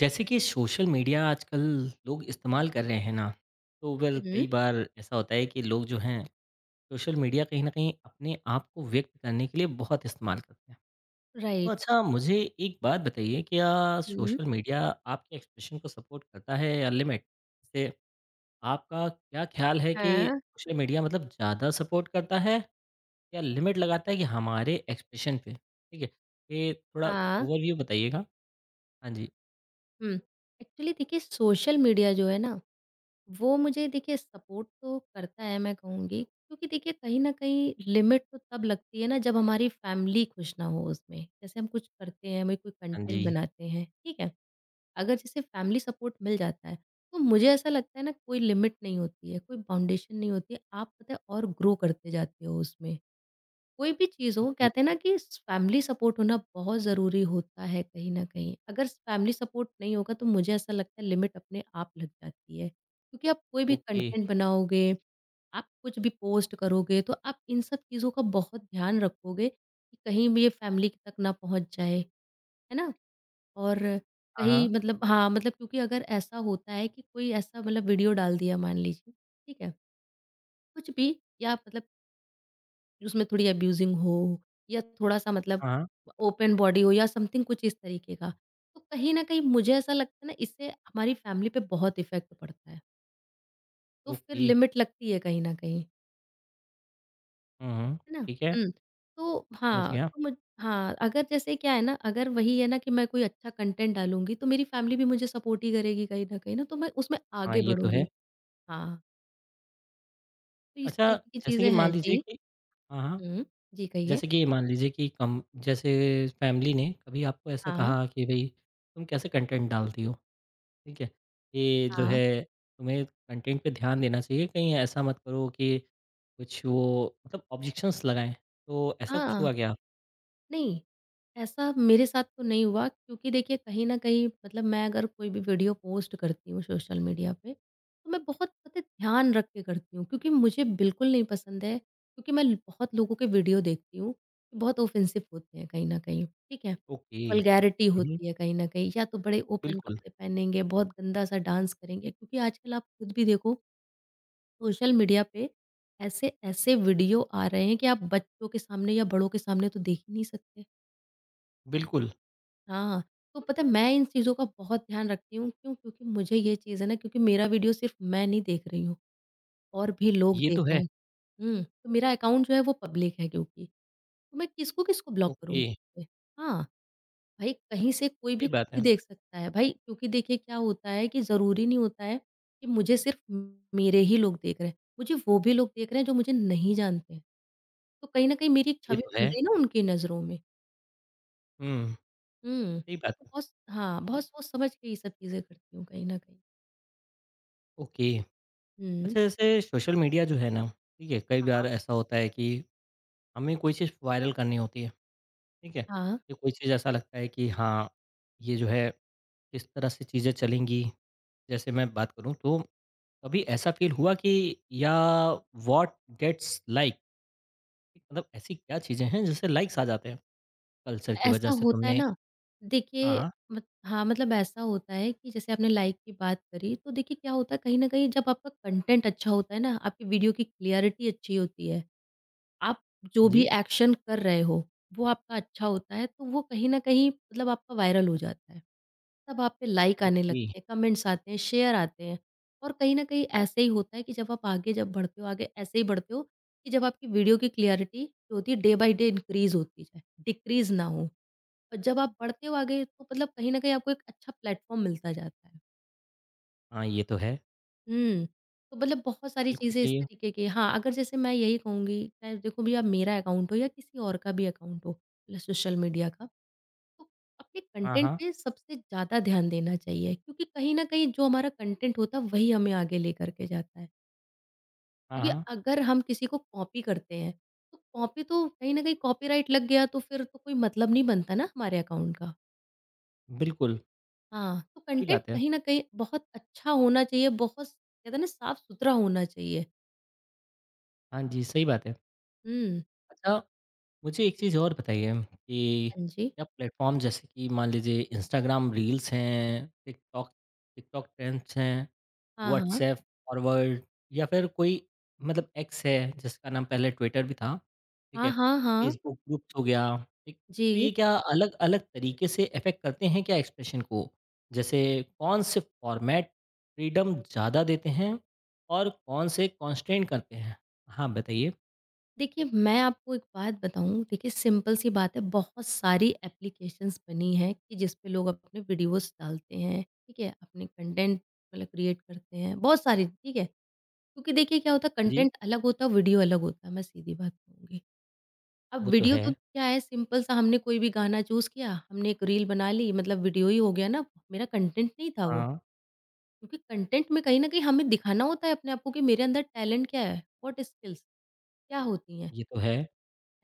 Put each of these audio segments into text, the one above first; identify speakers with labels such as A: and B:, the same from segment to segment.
A: जैसे कि social media आजकल लोग इस्तेमाल कर रहे हैं ना, तो फिर कई
B: हुँ,
A: बार ऐसा होता है कि लोग जो हैं, सोशल मीडिया कहीं न कहीं अपने आप को व्यक्त करने के लिए बहुत इस्तेमाल करते हैं। तो
B: राइट।
A: अच्छा मुझे एक बात बताइए, क्या
B: हुँ।
A: सोशल मीडिया आपके एक्सप्रेशन को सपोर्ट करता है या लिमिट? जैसे आपका क्या ख़्याल है कि
B: हाँ,
A: सोशल मीडिया ज़्यादा सपोर्ट करता है या लिमिट लगाता है कि हमारे एक्सप्रेशन पे? ठीक है? ये थोड़ा
B: हाँ,
A: ओवरव्यू बताइएगा। हाँ जी,
B: हुँ। एक्चुअली देखिए सोशल मीडिया जो है ना, वो मुझे देखिए सपोर्ट तो करता है मैं कहूँगी क्योंकि देखिए कहीं न कहीं लिमिट तो तब लगती है ना जब हमारी फैमिली खुश ना हो उसमें। जैसे हम कुछ करते हैं, हमें कोई
A: हाँ जी।
B: कंटेंट बनाते हैं, ठीक है? अगर जैसे फैमिली सपोर्ट मिल जाता है, तो मुझे ऐसा लगता है ना कोई लिमिट नहीं होती है, कोई बाउंडेशन नहीं होती है। आप पता है और ग्रो करते जाते हो उसमें। कोई भी चीज़ हो
A: ओके,
B: कहते हैं ना कि फैमिली सपोर्ट होना बहुत ज़रूरी होता है कहीं न कहीं। अगर फैमिली सपोर्ट नहीं होगा तो मुझे ऐसा लगता है लिमिट अपने आप लग जाती है। क्योंकि आप कोई भी
A: ओके।
B: कंटेंट बनाओगे, आप कुछ भी पोस्ट करोगे तो आप इन सब चीज़ों का बहुत ध्यान रखोगे कि कहीं भी ये फैमिली तक ना पहुँच जाए, है ना? और
A: हाँ,
B: कहीं
A: हाँ।
B: मतलब हाँ, मतलब क्योंकि अगर ऐसा होता है कि कोई ऐसा मतलब वीडियो डाल दिया मान लीजिए, ठीक है? कुछ भी या मतलब उसमें थोड़ी अब्यूज़िंग हो या थोड़ा-सा मतलब
A: हाँ,
B: ओपन बॉडी हो या समथिंग कुछ इस तरीके का। तो कहीं न कहीं मुझे ऐसा लगता है ना इससे हमारी फैमिली पे बहुत इफ़ेक्ट पड़ता है। तो फिर
A: ओके।
B: लिमिट लगती है कहीं न कहीं,
A: हुँ, हुँ,
B: है ना?
A: ठीक है,
B: हुँ, तो
A: समझ
B: हाँ,
A: गया।
B: तो मुझ हाँ, अगर जैसे क्या है ना अगर वही है ना कि मैं कोई अच्छा कंटेंट डालूँगी तो मेरी फैमिली भी मुझे सपोर्ट ही करेगी कहीं न कहीं ना तो मैं उसमें
A: हाँ,
B: आगे
A: ये तो है।
B: बढ़ूँगी। हाँ, तो इस
A: अच्छा,
B: तरीके की
A: जैसे कि
B: चीज़ें
A: मान
B: हैं।
A: लीजिए
B: जी।
A: कि हाँ, हाँ,
B: हुँ। जी, कहिए।
A: जैसे कि मान लीजिए कि कम जैसे फैमिली ने कभी आपको ऐसा
B: हाँ,
A: कहा कि भई तुम कैसे कंटेंट डालती हो, ठीक है? ये जो
B: हाँ।
A: है तुम्हें कंटेंट पे ध्यान देना चाहिए, कहीं ऐसा मत करो कि कुछ वो ऑब्जेक्शंस लगाएँ, तो ऐसा
B: हाँ,
A: कुछ
B: हाँ।
A: हुआ क्या?
B: नहीं, ऐसा मेरे साथ तो नहीं हुआ क्योंकि देखिए कहीं न कहीं मतलब मैं अगर कोई भी वीडियो पोस्ट करती हूँ सोशल मीडिया पे, तो मैं बहुत पता है ध्यान रख के करती हूँ क्योंकि मुझे बिल्कुल नहीं पसंद है क्योंकि मैं बहुत लोगों के वीडियो देखती हूँ, बहुत ऑफ़ेंसिव होते हैं कहीं न कहीं, ठीक है?
A: ओके।
B: वल्गैरिटी
A: हुँ, हुँ,
B: होती है कहीं न कहीं या तो बड़े ओपन
A: बिल्कुल,
B: कपड़े पहनेंगे, बहुत गंदा-सा डांस करेंगे क्योंकि आजकल आप खुद भी देखो सोशल मीडिया पे ऐसे-ऐसे वीडियो आ रहे हैं कि आप बच्चों के सामने या बड़ों के सामने तो देख ही नहीं सकते।
A: बिल्कुल,
B: हाँ, तो पता है मैं इन चीज़ों का बहुत ध्यान रखती हूँ, क्यों? क्योंकि मुझे ये चीज़ है ना क्योंकि मेरा वीडियो सिर्फ़ मैं नहीं देख रही हूँ, और भी लोग
A: ये
B: देख
A: तो
B: रहे
A: है।
B: हैं। हुँ, तो मेरा अकाउंट जो है वो पब्लिक है क्योंकि, तो मैं किसको-किसको ब्लॉक
A: ओके,
B: करूँगी? हाँ, भाई कहीं से कोई भी
A: सही
B: कुछ
A: बात
B: भी
A: है,
B: देख सकता है भाई, क्योंकि देखिए क्या होता है कि ज़रूरी नहीं होता है कि मुझे सिर्फ़ मेरे ही लोग देख रहे हैं, मुझे वो भी लोग देख रहे हैं जो मुझे नहीं जानते हैं। तो कहीं न कहीं मेरी एक
A: ये
B: छवि
A: तो
B: बन
A: है।
B: रही है ना उनकी नज़रों में।
A: हुँ,
B: हुँ,
A: सही बात
B: तो
A: है।
B: बहुत स हाँ, बहुत सोच समझ के ये सब चीज़ें करती हूँ कहीं न कहीं।
A: ओके।
B: हुँ।
A: अच्छा जैसे सोशल मीडिया जो है ना, ठीक है? कई
B: हाँ।
A: बार ऐसा होता है कि हमें कोई चीज़ वायरल करनी होती है, ठीक है?
B: हाँ,
A: या कोई चीज़ ऐसा लगता है कि हाँ, ये जो है किस तरह से चीज़ें चलेंगी, जैसे मैं बात करूँ तो कभी ऐसा फ़ील हुआ कि या व्हाट गेट्स लाइक ऐसी क्या चीज़ें हैं जिससे लाइक्स आ जाते हैं? कल्चर की वजह
B: ऐसा
A: से
B: होता है
A: तुमने
B: ना,
A: हाँ,
B: देखिए
A: हाँ।
B: मत हाँ, मतलब ऐसा होता है कि जैसे आपने लाइक की बात करी, तो देखिए क्या होता है कहीं न कहीं जब आपका कंटेंट अच्छा होता है ना, आपकी वीडियो की क्लैरिटी अच्छी होती है, आप जो
A: हाँ
B: भी
A: जी,
B: एक्शन कर रहे हो, वो आपका अच्छा होता है, तो वो कहीं न कहीं मतलब आपका वायरल हो जाता है। तब आप पे लाइक आने
A: ओके।
B: लगते हैं, कमेंट्स आते हैं, शेयर आते हैं। और कहीं न कहीं ऐसे ही होता है कि जब आप आगे जब बढ़ते हो, आगे ऐसे ही बढ़ते हो कि जब आपकी वीडियो की क्लैरिटी जो होती है डे बाय डे इंक्रीज़ होती जाए, डिक्रीज़ ना हो। और जब आप बढ़ते हो आगे तो मतलब कहीं न कहीं आपको एक अच्छा प्लेटफ़ॉर्म मिलता जाता है।
A: हाँ, ये तो है।
B: हुँ, तो मतलब बहुत सारी
A: बिल्कुल
B: चीज़ें इस
A: सही है।
B: तरीके की हाँ, अगर जैसे मैं यही कहूँगी चाहे देखो भैया मेरा अकाउंट हो या किसी और का भी अकाउंट हो, मतलब सोशल मीडिया का। तो अपने
A: हाँ,
B: कंटेंट
A: हाँ।
B: पे सबसे ज़्यादा ध्यान देना चाहिए क्योंकि कहीं न कहीं जो हमारा कंटेंट होता है वही हमें आगे लेकर के जाता है।
A: हाँ,
B: क्योंकि
A: हाँ।
B: अगर हम किसी को कॉपी करते हैं, तो कॉपी तो कहीं न कहीं कॉपीराइट लग गया तो फिर तो कोई मतलब नहीं बनता ना हमारे अकाउंट का।
A: बिल्कुल,
B: हाँ, तो
A: सही
B: कंटेंट
A: बात है।
B: कहीं न कहीं बहुत अच्छा होना चाहिए, बहुत कहते हैं ना साफ-सुथरा होना चाहिए।
A: हाँ जी, सही बात है।
B: हुँ।
A: अच्छा मुझे एक चीज़ और बताइए कि
B: हाँ जी।
A: क्या प्लेटफ़ॉर्म जैसे कि मान लीजिए इंस्टाग्राम रील्स हैं, टिकटॉक टिकटॉक ट्रेंड्स हैं,
B: हाँ, हाँ।
A: व्हाट्सऐप फॉरवर्ड या फिर कोई एक्स है जिसका नाम पहले ट्विटर भी था, ठीक
B: हाँ,
A: है?
B: हाँ, हाँ।
A: फेसबुक ग्रुप्स हो गया, ठीक? तो
B: जी।
A: ये क्या अलग-अलग तरीके से इफ़ेक्ट करते हैं क्या एक्सप्रेशन को? जैसे कौन से फॉर्मेट फ्रीडम ज़्यादा देते हैं और कौन से कॉन्स्ट्रेंट करते हैं? हाँ, बताइए।
B: देखिए, मैं आपको एक बात बताऊँ, देखिए सिंपल सी बात है, बहुत सारी एप्लीकेशंस बनी हैं कि जिस पे लोग अपने वीडियोज़ डालते हैं, ठीक है? अपने कंटेंट मतलब क्रिएट करते हैं, बहुत सारी, ठीक है? क्योंकि देखिए क्या होता है
A: जी,
B: कंटेंट अलग होता है, वीडियो अलग होता है, मैं सीधी बात कहूँगी। अब
A: वो तो
B: वीडियो
A: है।
B: तो क्या है सिंपल सा हमने कोई भी गाना चूज़ किया, हमने एक रील बना ली, मतलब वीडियो ही हो गया ना, मेरा कंटेंट नहीं था वो।
A: हाँ।
B: क्योंकि कंटेंट में कहीं न कहीं हमें दिखाना होता है अपने आप को कि मेरे अंदर टैलेंट क्या है, व्हाट स्किल्स क्या होती हैं?
A: ये तो है।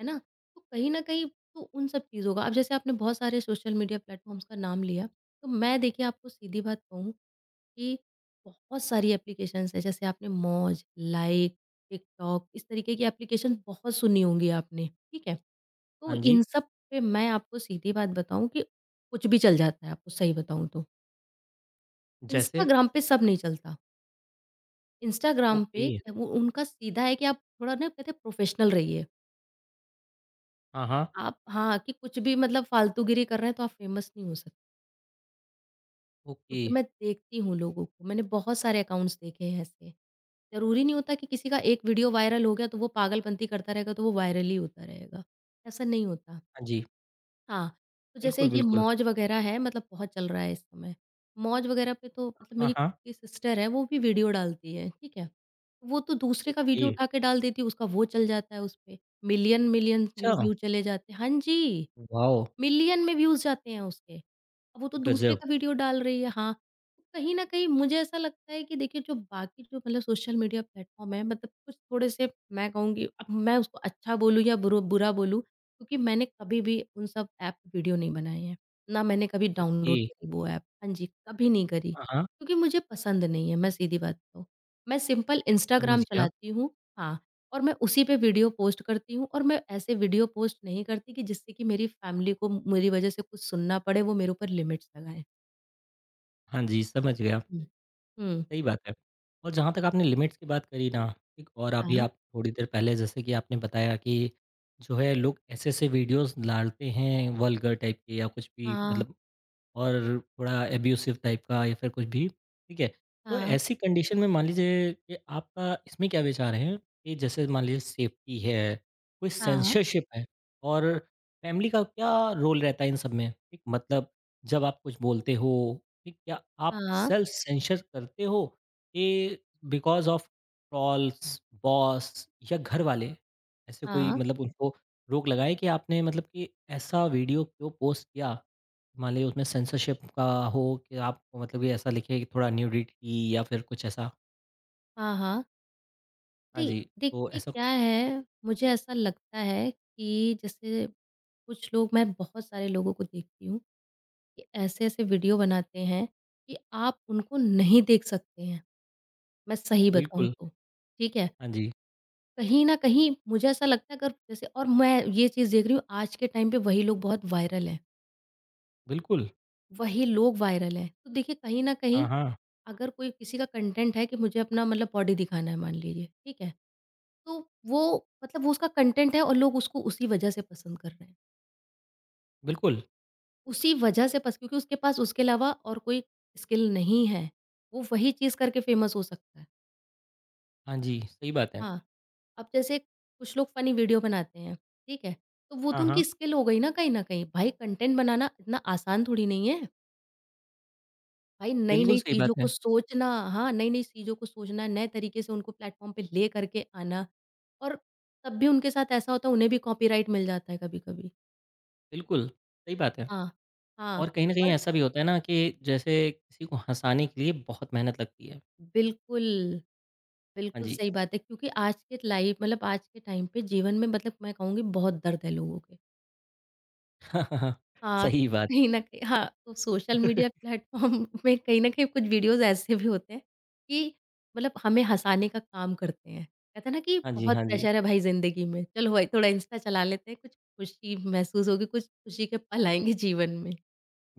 B: है ना? तो कहीं न कहीं तो उन सब चीज़ों का अब जैसे आपने बहुत सारे सोशल मीडिया प्लेटफ़ॉर्म्स का नाम लिया, तो मैं देखिए आपको सीधी बात कहूँ कि बहुत सारी एप्लीकेशंस हैं, जैसे आपने मौज, लाइक, टिकटॉक इस तरीके की एप्लीकेशंस बहुत सुनी होंगी आपने, ठीक है? तो
A: हाँ जी,
B: इन सब पे मैं आपको सीधी बात बताऊँ कि कुछ भी चल जाता है, आपको सही बताऊँ तो।
A: जैसे?
B: इंस्टाग्राम पे सब नहीं चलता। इंस्टाग्राम
A: ओके,
B: पे वो उनका सीधा है कि आप थोड़ा ना कहते हैं प्रोफ़ेशनल रहिए।
A: हाँ, हाँ,
B: आप हाँ, कि कुछ भी मतलब फ़ालतूगिरी कर रहे हैं तो आप फ़ेमस नहीं हो सकते।
A: ओके,
B: क्योंकि मैं देखती हूँ लोगों को, मैंने बहुत सारे अकाउंट्स देखे हैं ऐसे। ज़रूरी नहीं होता कि किसी का एक वीडियो वायरल हो गया तो वो पागलपंती करता रहेगा तो वो वायरल ही होता रहेगा, ऐसा नहीं होता।
A: हाँ जी,
B: हाँ, तो जैसे
A: बिल्कुल,
B: ये
A: बिल्कुल,
B: मौज वगैरह है मतलब बहुत चल रहा है इस समय। मौज वगैरह पे तो मतलब
A: हाँ,
B: मेरी
A: हाँ,
B: खुद की सिस्टर है वो भी वीडियो डालती है, ठीक है? वो तो दूसरे का
A: ओके,
B: वीडियो उठा के डाल देती है उसका वो चल जाता है उसपे, मिलियन-मिलियन व्यू
A: अच्छा,
B: व्यू चले जाते हैं। हाँ जी।
A: वॉव!
B: मिलियन में व्यूज़ जाते हैं उसके। अब वो तो दूसरे
A: गज़ब,
B: का वीडियो डाल रही है, हाँ। तो कहीं न कहीं मुझे ऐसा लगता है कि देखिए जो बाकी जो मतलब सोशल मीडिया प्लेटफ़ॉर्म है मतलब कुछ थोड़े से मैं कहूँगी अब मैं उसको अच्छा बोलूँ या बुरु बुरा बोलूँ क्योंकि मैंने कभी भी उन सब ऐप वीडियो नहीं बनाए हैं। ना मैंने कभी
A: ओके,
B: डाउनलोड करी वो ऐप। हाँ जी, कभी नहीं करी।
A: हाँ, हाँ,
B: क्योंकि मुझे पसंद नहीं है, मैं सीधी बात बताऊँ। मैं सिंपल
A: समझ
B: इंस्टाग्राम
A: गया,
B: चलाती हूँ हाँ। और मैं उसी पे वीडियो पोस्ट करती हूँ और मैं ऐसे वीडियो पोस्ट नहीं करती कि जिससे कि मेरी फैमिली को मेरी वजह से कुछ सुनना पड़े, वो मेरे ऊपर लिमिट्स लगाएँ।
A: हाँ जी, समझ गया,
B: हुँ। हुँ।
A: सही बात है। और जहाँ तक आपने लिमिट्स की बात करी ना, एक और अभी
B: हाँ,
A: आप थोड़ी देर पहले जैसे कि आपने बताया कि जो है लोग ऐसे-ऐसे वीडियोज़ डालते हैं वल्गर टाइप के या कुछ भी
B: हाँ,
A: और थोड़ा एब्यूसिव टाइप का या फिर कुछ भी, ठीक है? तो
B: हाँ,
A: ऐसी कंडीशन में मान लीजिए कि आपका इसमें क्या विचार है कि जैसे मान लीजिए सेफ्टी है, कोई
B: हाँ,
A: सेंसरशिप है और फैमिली का क्या रोल रहता है इन सब में? ठीक, मतलब जब आप कुछ बोलते हो, ठीक, क्या आप
B: हाँ,
A: सेल्फ सेंसर करते हो कि बिकॉज़ ऑफ ट्रॉल्स, बॉस या घरवाले? ऐसे कोई
B: हाँ,
A: उनको रोक लगाए कि आपने मतलब कि ऐसा वीडियो क्यों पोस्ट किया? मान लीजिए उसमें सेंसरशिप का हो कि आप मतलब कि ऐसा लिखे कि थोड़ा न्यूडिटी या फिर कुछ ऐसा।
B: हाँ, हाँ।
A: हाँ
B: दे
A: जी, तो
B: देखिए
A: ऐसा
B: क्या है, मुझे ऐसा लगता है कि जैसे कुछ लोग मैं बहुत सारे लोगों को देखती हूँ कि ऐसे-ऐसे वीडियो बनाते हैं कि आप उनको नहीं देख सकते हैं, मैं सही बताऊँ
A: बिल्कुल,
B: तो, ठीक है?
A: हाँ जी,
B: कहीं न कहीं मुझे ऐसा लगता है अगर जैसे और मैं ये चीज़ देख रही हूँ आज के टाइम पे वही लोग बहुत वायरल हैं,
A: बिल्कुल।
B: वही लोग वायरल हैं। तो देखिए कहीं न
A: हाँ,
B: कहीं
A: हाँ,
B: अगर कोई किसी का कंटेंट है कि मुझे अपना मतलब बॉडी दिखाना है मान लीजिए, ठीक है? तो वो मतलब वो उसका कंटेंट है और लोग उसको उसी वजह से पसंद कर रहे हैं।
A: बिल्कुल।
B: उसी वजह से पस क्योंकि उसके पास उसके अलावा और कोई स्किल नहीं है। वो वही चीज़ करके फेमस हो सकता है।
A: हाँ जी, सही बात है।
B: हाँ, अब जैसे कुछ लोग फ़नी वीडियो बनाते हैं, ठीक है? तो वो तो
A: हाँ,
B: उनकी
A: हाँ,
B: स्किल हो गई ना कहीं न कहीं। भाई कंटेंट बनाना इतना आसान थोड़ी नहीं है। भाई
A: बिल्कुल
B: नई-नई
A: सही बात
B: चीज़ों को
A: है।
B: सोचना हाँ, नई-नई चीज़ों को सोचना, नए तरीके से उनको प्लेटफ़ॉर्म पे ले करके आना और तब भी उनके साथ ऐसा होता है उन्हें भी कॉपीराइट मिल जाता है कभी-कभी।
A: बिल्कुल, सही बात है
B: हाँ, हाँ
A: और कहीं न कहीं
B: और
A: ऐसा भी होता है ना कि जैसे किसी को हँसाने के लिए बहुत मेहनत लगती है।
B: बिल्कुल,
A: हाँ
B: बिल्कुल
A: जी।
B: सही बात है क्योंकि आज के लाइफ़ मतलब आज के टाइम पे जीवन में मतलब मैं कहूँगी बहुत दर्द है लोगों के। हाँ, तो
A: सही बात।
B: कहीं न कहीं हाँ, तो सोशल मीडिया प्लेटफ़ॉर्म में कहीं न कहीं कुछ वीडियोज़ ऐसे भी होते हैं कि मतलब हमें हँसाने का काम करते हैं। कहते हैं ना कि
A: हाँ जी,
B: बहुत
A: हाँ जी।
B: प्रेशर है भाई ज़िंदगी में, चलो भाई थोड़ा इंस्टा चला लेते हैं, कुछ खुशी महसूस होगी, कुछ खुशी के पल आएँगे जीवन में।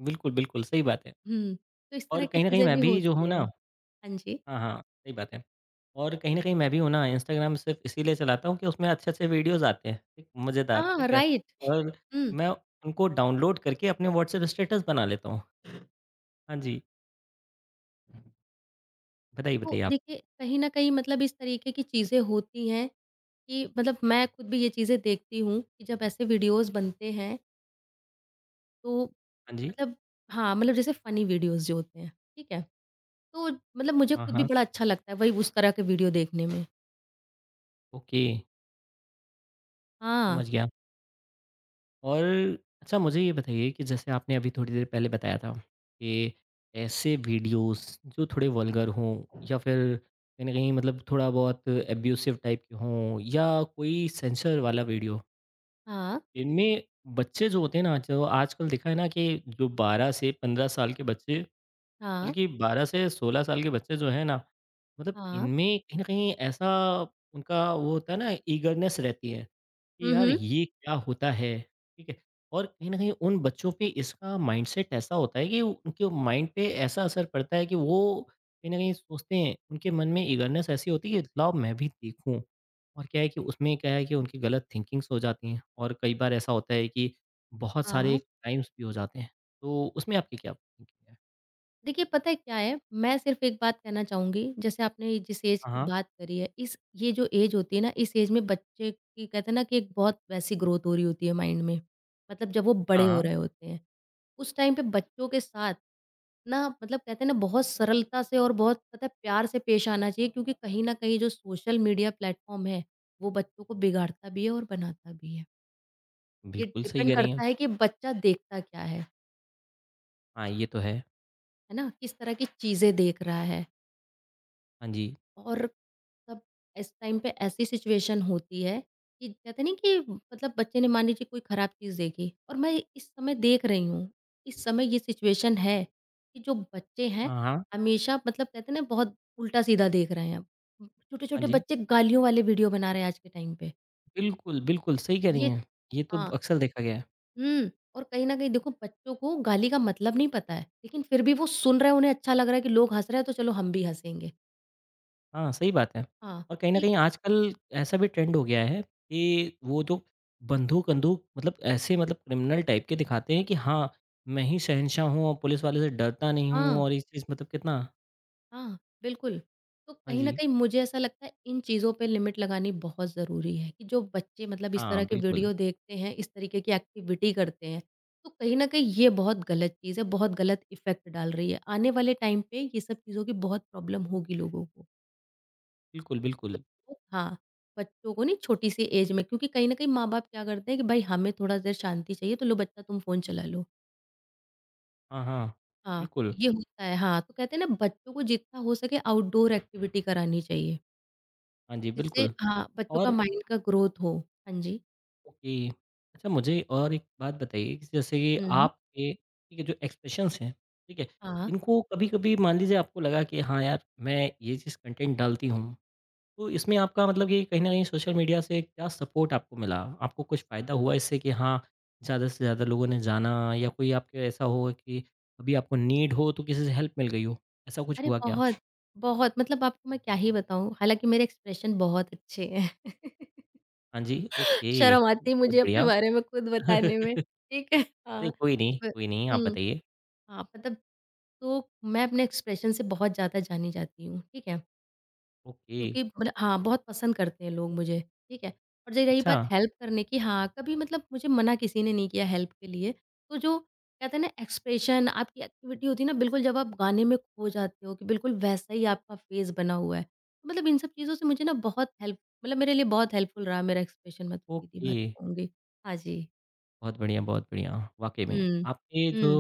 A: बिल्कुल, बिल्कुल, सही बात है
B: हुँ, तो इस
A: और
B: तरह की
A: कहीं न कहीं
B: चीज़ें
A: मैं
B: भी
A: भी जो हूँ
B: होती हैं।
A: ना
B: हाँ जी।
A: हाँ, हाँ, सही बात है। और कहीं न कहीं मैं भी हूँ ना इंस्टाग्राम सिर्फ़ इसीलिए चलाता हूँ कि उसमें अच्छे-अच्छे वीडियोज़ आते हैं, ठीक, मज़ेदार,
B: हाँ,
A: ठीक है?
B: राइट।
A: और
B: हुँ,
A: मैं उनको डाउनलोड करके अपने व्हाट्सएप स्टेटस बना लेता हूँ। हाँ जी, बताइए,
B: तो
A: बताइए आप।
B: देखिए कहीं न कहीं मतलब इस तरीके की चीज़ें होती हैं कि मतलब मैं खुद भी ये चीज़ें देखती हूँ कि जब ऐसे वीडियोज़ बनते हैं तो
A: हाँ जी,
B: मतलब हाँ, मतलब जैसे फ़नी वीडियोज़ जो होते हैं, ठीक है? तो मतलब मुझे
A: हाँ,
B: खुद भी
A: हाँ,
B: बड़ा अच्छा लगता है वही उस तरह के वीडियो देखने में।
A: ओके,
B: हाँ,
A: समझ गया। और अच्छा मुझे ये बताइए कि जैसे आपने अभी थोड़ी देर पहले बताया था कि ऐसे वीडियोज़ जो थोड़े वल्गर हों या फिर कहीं न कहीं थोड़ा बहुत अब्यूसिव टाइप के हों या कोई सेंसर वाला वीडियो,
B: हाँ,
A: इनमें बच्चे जो होते हैं ना, जो आजकल देखा है ना कि जो 12 से 15 साल के बच्चे,
B: हाँ,
A: बल्कि 12 से 16 साल के बच्चे जो हैं ना,
B: हाँ।
A: इनमें कहीं न कहीं ऐसा उनका वो होता है ना ईगरनेस रहती है, कि
B: हुँ,
A: यार
B: हुँ,
A: ये क्या होता है, ठीक है? और कहीं न कहीं उन बच्चों पे इसका माइंडसेट ऐसा होता है कि उनके माइंड पे ऐसा असर पड़ता है कि वो कहीं न कहीं सोचते हैं, उनके मन में ईगरनेस ऐसी होती है कि लाओ मैं भी देखूँ। और क्या है कि उसमें क्या है कि उनकी गलत थिंकिंग्स हो जाती हैं और कई बार ऐसा होता है कि बहुत सारे
B: हाँ।
A: क्राइम्स भी हो जाते हैं। तो उसमें आपकी क्या थिंकिंग है?
B: देखिए पता है क्या है, मैं सिर्फ़ एक बात कहना चाहूँगी, जैसे आपने जिस एज
A: हाँ,
B: की
A: हाँ।
B: बात करी है, इस ये जो एज होती है ना, इस एज में बच्चे की कहते हैं ना कि एक बहुत वैसी ग्रोथ हो रही होती है माइंड में। मतलब जब वो
A: हाँ,
B: बड़े हो
A: हाँ,
B: रहे होते हैं। उस टाइम पे बच्चों के साथ ना मतलब कहते हैं ना बहुत सरलता से और बहुत पता है प्यार से पेश आना चाहिए क्योंकि कहीं ना कहीं जो सोशल मीडिया प्लेटफॉर्म है वो बच्चों को बिगाड़ता भी है और बनाता भी है। ये
A: बिल्कुल सही
B: डिपेंड
A: कह रही हैं।
B: करता है कि बच्चा देखता क्या है
A: हाँ, ये तो है।
B: है ना, किस तरह की चीजें देख रहा है।
A: हाँ जी।
B: और तब इस टाइम पे ऐसी सिचुएशन होती है कि कहते नहीं कि मतलब बच्चे ने मान लीजिए कोई ख़राब चीज़ देखी और मैं इस समय देख रही हूँ, इस समय ये सिचुएशन है कि जो बच्चे हैं
A: हाँ, हाँ।
B: हमेशा मतलब कहते हैं ना बहुत उल्टा-सीधा देख रहे हैं।
A: हाँ
B: छोटे-छोटे
A: जी।
B: बच्चे गालियों वाले वीडियो बना रहे हैं आज के टाइम पे।
A: बिल्कुल, बिल्कुल सही कह रही
B: ये
A: हैं। ये तो
B: हाँ,
A: अक्सर देखा गया है।
B: हुँ और कहीं न कहीं देखो बच्चों को गाली का मतलब नहीं पता है, लेकिन फिर भी वो सुन रहे हैं, उन्हें अच्छा लग रहा है कि लोग हँस रहे हैं तो चलो हम भी हँसेंगे।
A: हाँ, सही बात है।
B: हाँ,
A: और कहीं न
B: ठीक
A: कहीं
B: है।
A: आजकल ऐसा भी ट्रेंड हो गया है कि वो जो बंदूक-वंदूक ऐसे क्रिमिनल टाइप के दिखाते हैं कि हाँ, मैं ही शहंशाह हूँ और पुलिस वाले से डरता नहीं हूँ
B: हाँ।
A: और इस चीज़ कितना
B: हाँ, बिल्कुल। तो
A: हाँ
B: कहीं न
A: जी।
B: कहीं मुझे ऐसा लगता है इन चीज़ों पे लिमिट लगानी बहुत ज़रूरी है कि जो बच्चे मतलब इस
A: हाँ,
B: तरह के
A: बिल्कुल।
B: वीडियो देखते हैं, इस तरीके की एक्टिविटी करते हैं, तो कहीं न कहीं ये बहुत गलत चीज़ है, बहुत गलत इफ़ेक्ट डाल रही है। आने वाले टाइम पे ये सब चीज़ों की बहुत प्रॉब्लम होगी लोगों को।
A: बिल्कुल, बिल्कुल।
B: जो लोग हाँ, बच्चों को नहीं छोटी सी एज में क्योंकि कहीं न कहीं माँ-बाप क्या करते हैं कि भाई हमें थोड़ा देर शांति चाहिए तो लो बच्चा तुम फ़ोन चला लो।
A: हाँ, हाँ।
B: हाँ,
A: बिल्कुल।
B: ये होता है, हाँ, तो कहते हैं ना बच्चों को जितना हो सके आउटडोर एक्टिविटी करानी चाहिए।
A: हाँ जी,
B: जिससे
A: बिल्कुल
B: हाँ, बच्चों का
A: और
B: माइंड का ग्रोथ हो। हाँ जी।
A: ओके। अच्छा मुझे और एक बात बताइए कि जैसे कि
B: हुँ।
A: आपके ठीक है जो एक्सप्रेशंस हैं, ठीक है?
B: हाँ।
A: इनको कभी-कभी मान लीजिए आपको लगा कि हाँ यार, मैं ये चीज़ कंटेंट डालती हूँ, तो इसमें आपका मतलब कि कहीं न कहीं सोशल मीडिया से क्या सपोर्ट आपको मिला? आपको कुछ फ़ायदा हुआ इससे कि हाँ, ज़्यादा से ज़्यादा लोगों ने जाना या कोई आपके ऐसा होगा कि अभी आपको नीड हो तो किसी से हेल्प मिल गई हो, ऐसा कुछ
B: अरे
A: हुआ क्या?
B: बहुत मतलब आपको मैं क्या ही बताऊँ, हालाँकि मेरे एक्सप्रेशन बहुत अच्छे हैं।
A: हाँ जी, ओके।
B: शर्म आती है
A: बहुत
B: मुझे
A: बढ़िया।
B: अपने बारे में खुद बताने में,
A: अरे
B: ठीक है? हाँ। ब
A: कोई नहीं, आप
B: हुँ।
A: बताइए।
B: हाँ, मतलब तो मैं अपने एक्सप्रेशन से बहुत ज़्यादा जानी जाती हूँ, ठीक है?
A: ओके,
B: क्योंकि मतलब हाँ, बहुत पसंद करते हैं लोग मुझे, ठीक है? और ज रही
A: अच्छा।
B: बात हेल्प करने की हाँ, कभी मतलब मुझे मना किसी ने नहीं किया हेल्प के लिए। तो जो कहते हैं ना एक्सप्रेशन आपकी एक्टिविटी होती है ना बिल्कुल जब आप गाने में खो जाते हो कि बिल्कुल वैसा ही आपका फेस बना हुआ है। तो मतलब इन सब चीज़ों से मुझे ना बहुत हेल्प मतलब मेरे लिए बहुत हेल्पफुल रहा मेरा एक्सप्रेशन, मैं तो सीधी
A: ओके,
B: बात कहूँगी। हाँ जी।
A: बहुत बढ़िया, बहुत बढ़िया। वाक़ई में
B: हुँ।
A: आपके जो
B: हुँ।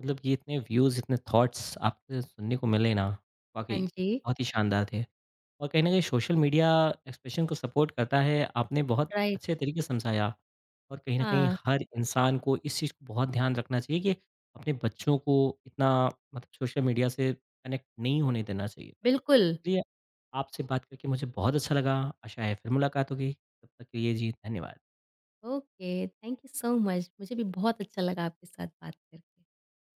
A: मतलब कि इतने व्यूज़, इतने थॉट्स आपसे सुनने को मिले ना,
B: हाँ
A: वाक़ई
B: जी।
A: बहुत ही शानदार थे। और कहीं न कहीं सोशल मीडिया एक्सप्रेशन को सपोर्ट करता है, आपने बहुत
B: राइट।
A: अच्छे तरीके से समझाया। और कहीं न कहीं
B: हाँ,
A: हर इंसान को इस चीज़ को बहुत ध्यान रखना चाहिए कि अपने बच्चों को इतना सोशल मीडिया से कनेक्ट नहीं होने देना चाहिए।
B: बिल्कुल।
A: चलिए, आपसे बात करके मुझे बहुत अच्छा लगा। आशा है फिर मुलाकात होगी। तब तक के लिए जी, धन्यवाद।
B: Okay, thank you so much. मुझे भी बहुत अच्छा लगा आपके साथ बात करके।